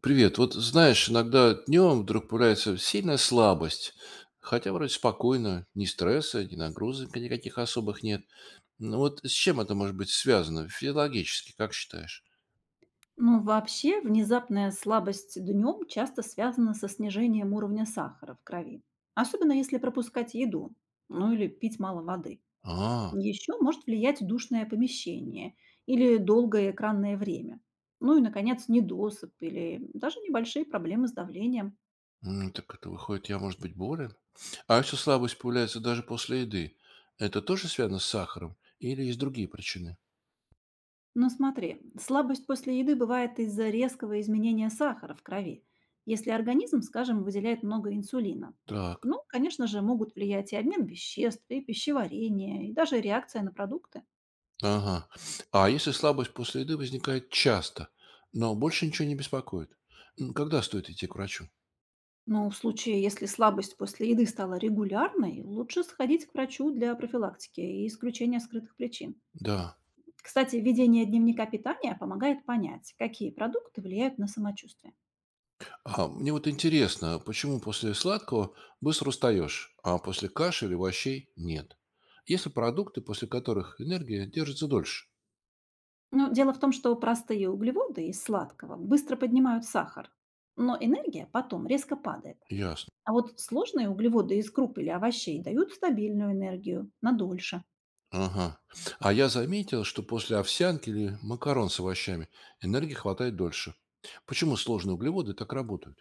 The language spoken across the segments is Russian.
Привет. Вот знаешь, иногда днем вдруг появляется сильная слабость. Хотя вроде спокойно, ни стресса, ни нагрузок никаких особых нет. Ну вот с чем это может быть связано физиологически, как считаешь? Ну, вообще, внезапная слабость днем часто связана со снижением уровня сахара в крови, особенно если пропускать еду, ну или пить мало воды. А, Еще может влиять душное помещение или долгое экранное время. Ну и, наконец, недосып или даже небольшие проблемы с давлением. Так это выходит, я, может быть, болен? А если слабость появляется даже после еды, это тоже связано с сахаром или есть другие причины? Но смотри, слабость после еды бывает из-за резкого изменения сахара в крови, если организм, скажем, выделяет много инсулина. Так, Ну, конечно же, могут влиять и обмен веществ, и пищеварение, и даже реакция на продукты. ага. А если слабость после еды возникает часто, но больше ничего не беспокоит, когда стоит идти к врачу? Но в случае, если слабость после еды стала регулярной, лучше сходить к врачу для профилактики и исключения скрытых причин. Да. Кстати, введение дневника питания помогает понять, какие продукты влияют на самочувствие. А мне вот интересно, почему после сладкого быстро устаешь, а после каши или овощей нет? Есть ли продукты, после которых энергия держится дольше? Ну, дело в том, что простые углеводы из сладкого быстро поднимают сахар, но энергия потом резко падает. Ясно. А вот сложные углеводы из круп или овощей дают стабильную энергию надольше. Ага. А я заметил, что после овсянки или макарон с овощами энергии хватает дольше. Почему сложные углеводы так работают?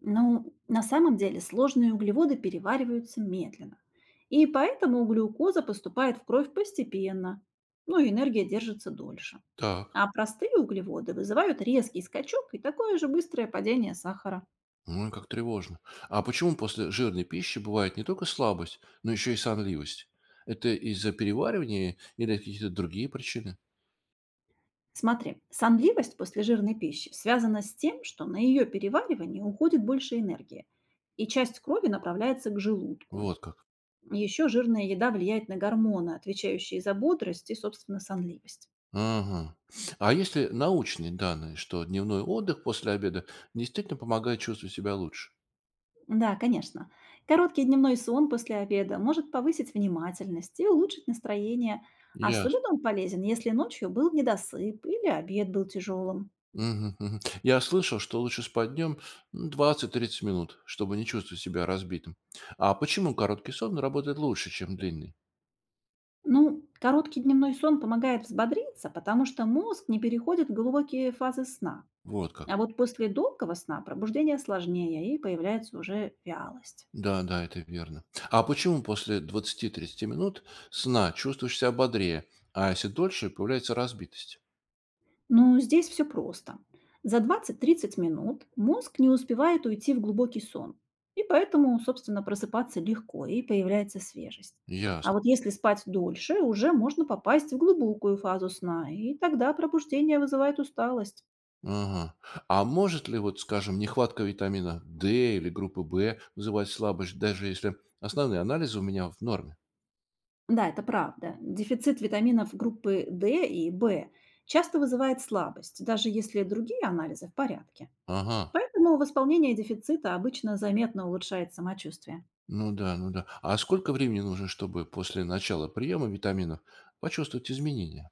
Но на самом деле сложные углеводы перевариваются медленно. И поэтому глюкоза поступает в кровь постепенно, ну и энергия держится дольше. Так. А простые углеводы вызывают резкий скачок и такое же быстрое падение сахара. Ну, как тревожно. А почему после жирной пищи бывает не только слабость, но еще и сонливость? Это из-за переваривания или какие-то другие причины? Смотри, сонливость после жирной пищи связана с тем, что на ее переваривание уходит больше энергии, и часть крови направляется к желудку. Вот как. Еще жирная еда влияет на гормоны, отвечающие за бодрость и, собственно, сонливость. Ага. А если научные данные, что дневной отдых после обеда действительно помогает чувствовать себя лучше? Да, конечно. Короткий дневной сон после обеда может повысить внимательность и улучшить настроение. Ясно. Особенно он полезен, если ночью был недосып или обед был тяжелым. Мгм, мгм. Я слышал, что лучше спать днем 20-30 минут, чтобы не чувствовать себя разбитым. А почему короткий сон работает лучше, чем длинный? Ну, короткий дневной сон помогает взбодриться, потому что мозг не переходит в глубокие фазы сна. Вот как. А вот после долгого сна пробуждение сложнее и появляется уже вялость. Да, да, это верно. А почему после 20-30 минут сна чувствуешь себя бодрее, а если дольше, появляется разбитость? Но здесь все просто. За 20-30 минут мозг не успевает уйти в глубокий сон. И поэтому, собственно, просыпаться легко и появляется свежесть. А Ясно. вот если спать дольше, уже можно попасть в глубокую фазу сна, и тогда пробуждение вызывает усталость. Ага. А может ли, вот, скажем, нехватка витамина D или группы В вызывать слабость, даже если основные анализы у меня в норме? Да, это правда. Дефицит витаминов группы D и B часто вызывает слабость, даже если другие анализы в порядке. Ага. Поэтому восполнение дефицита обычно заметно улучшает самочувствие. Ну да, ну да. А сколько времени нужно, чтобы после начала приема витаминов почувствовать изменения?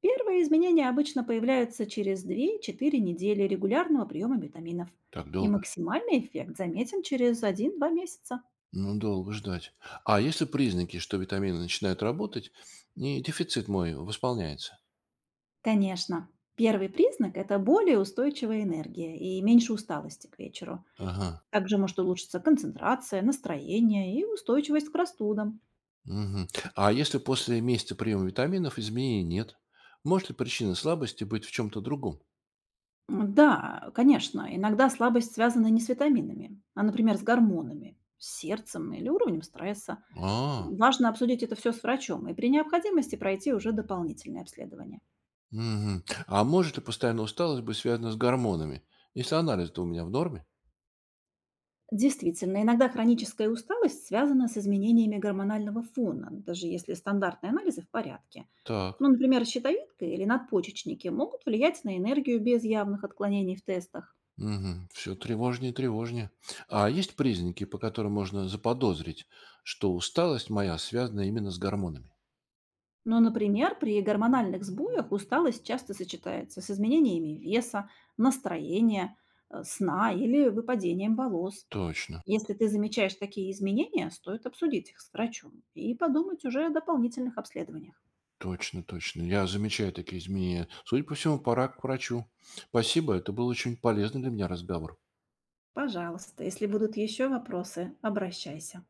Первые изменения обычно появляются через 2-4 недели регулярного приема витаминов. Так И долго? максимальный эффект заметен через 1-2 месяца. Ну, долго ждать. А если признаки, что витамины начинают работать, и дефицит мой восполняется? Конечно, первый признак– это более устойчивая энергия и меньше усталости к вечеру. Ага. Также может улучшиться концентрация, настроение и устойчивость к простудам. Мгм. А если после месяца приема витаминов изменений нет, может ли причина слабости быть в чем-то другом? Да, конечно, иногда слабость связана не с витаминами, а, например, с гормонами, с сердцем или уровнем стресса. А. Важно обсудить это все с врачом и при необходимости пройти уже дополнительное обследование. Мгм. А может ли постоянная усталость быть связана с гормонами? Если анализ-то у меня в норме? Действительно, иногда хроническая усталость связана с изменениями гормонального фона, даже если стандартные анализы в порядке. Ну, Так. например, щитовидка или надпочечники могут влиять на энергию без явных отклонений в тестах. Все тревожнее и тревожнее. А есть признаки, по которым можно заподозрить, что усталость моя связана именно с гормонами? Но, например, при гормональных сбоях усталость часто сочетается с изменениями веса, настроения, сна или выпадением волос. Точно, Если ты замечаешь такие изменения, стоит обсудить их с врачом и подумать уже о дополнительных обследованиях. точно, точно. Я замечаю такие изменения. Судя по всему, пора к врачу. Спасибо, это был очень полезный для меня разговор. Пожалуйста, если будут еще вопросы, обращайся.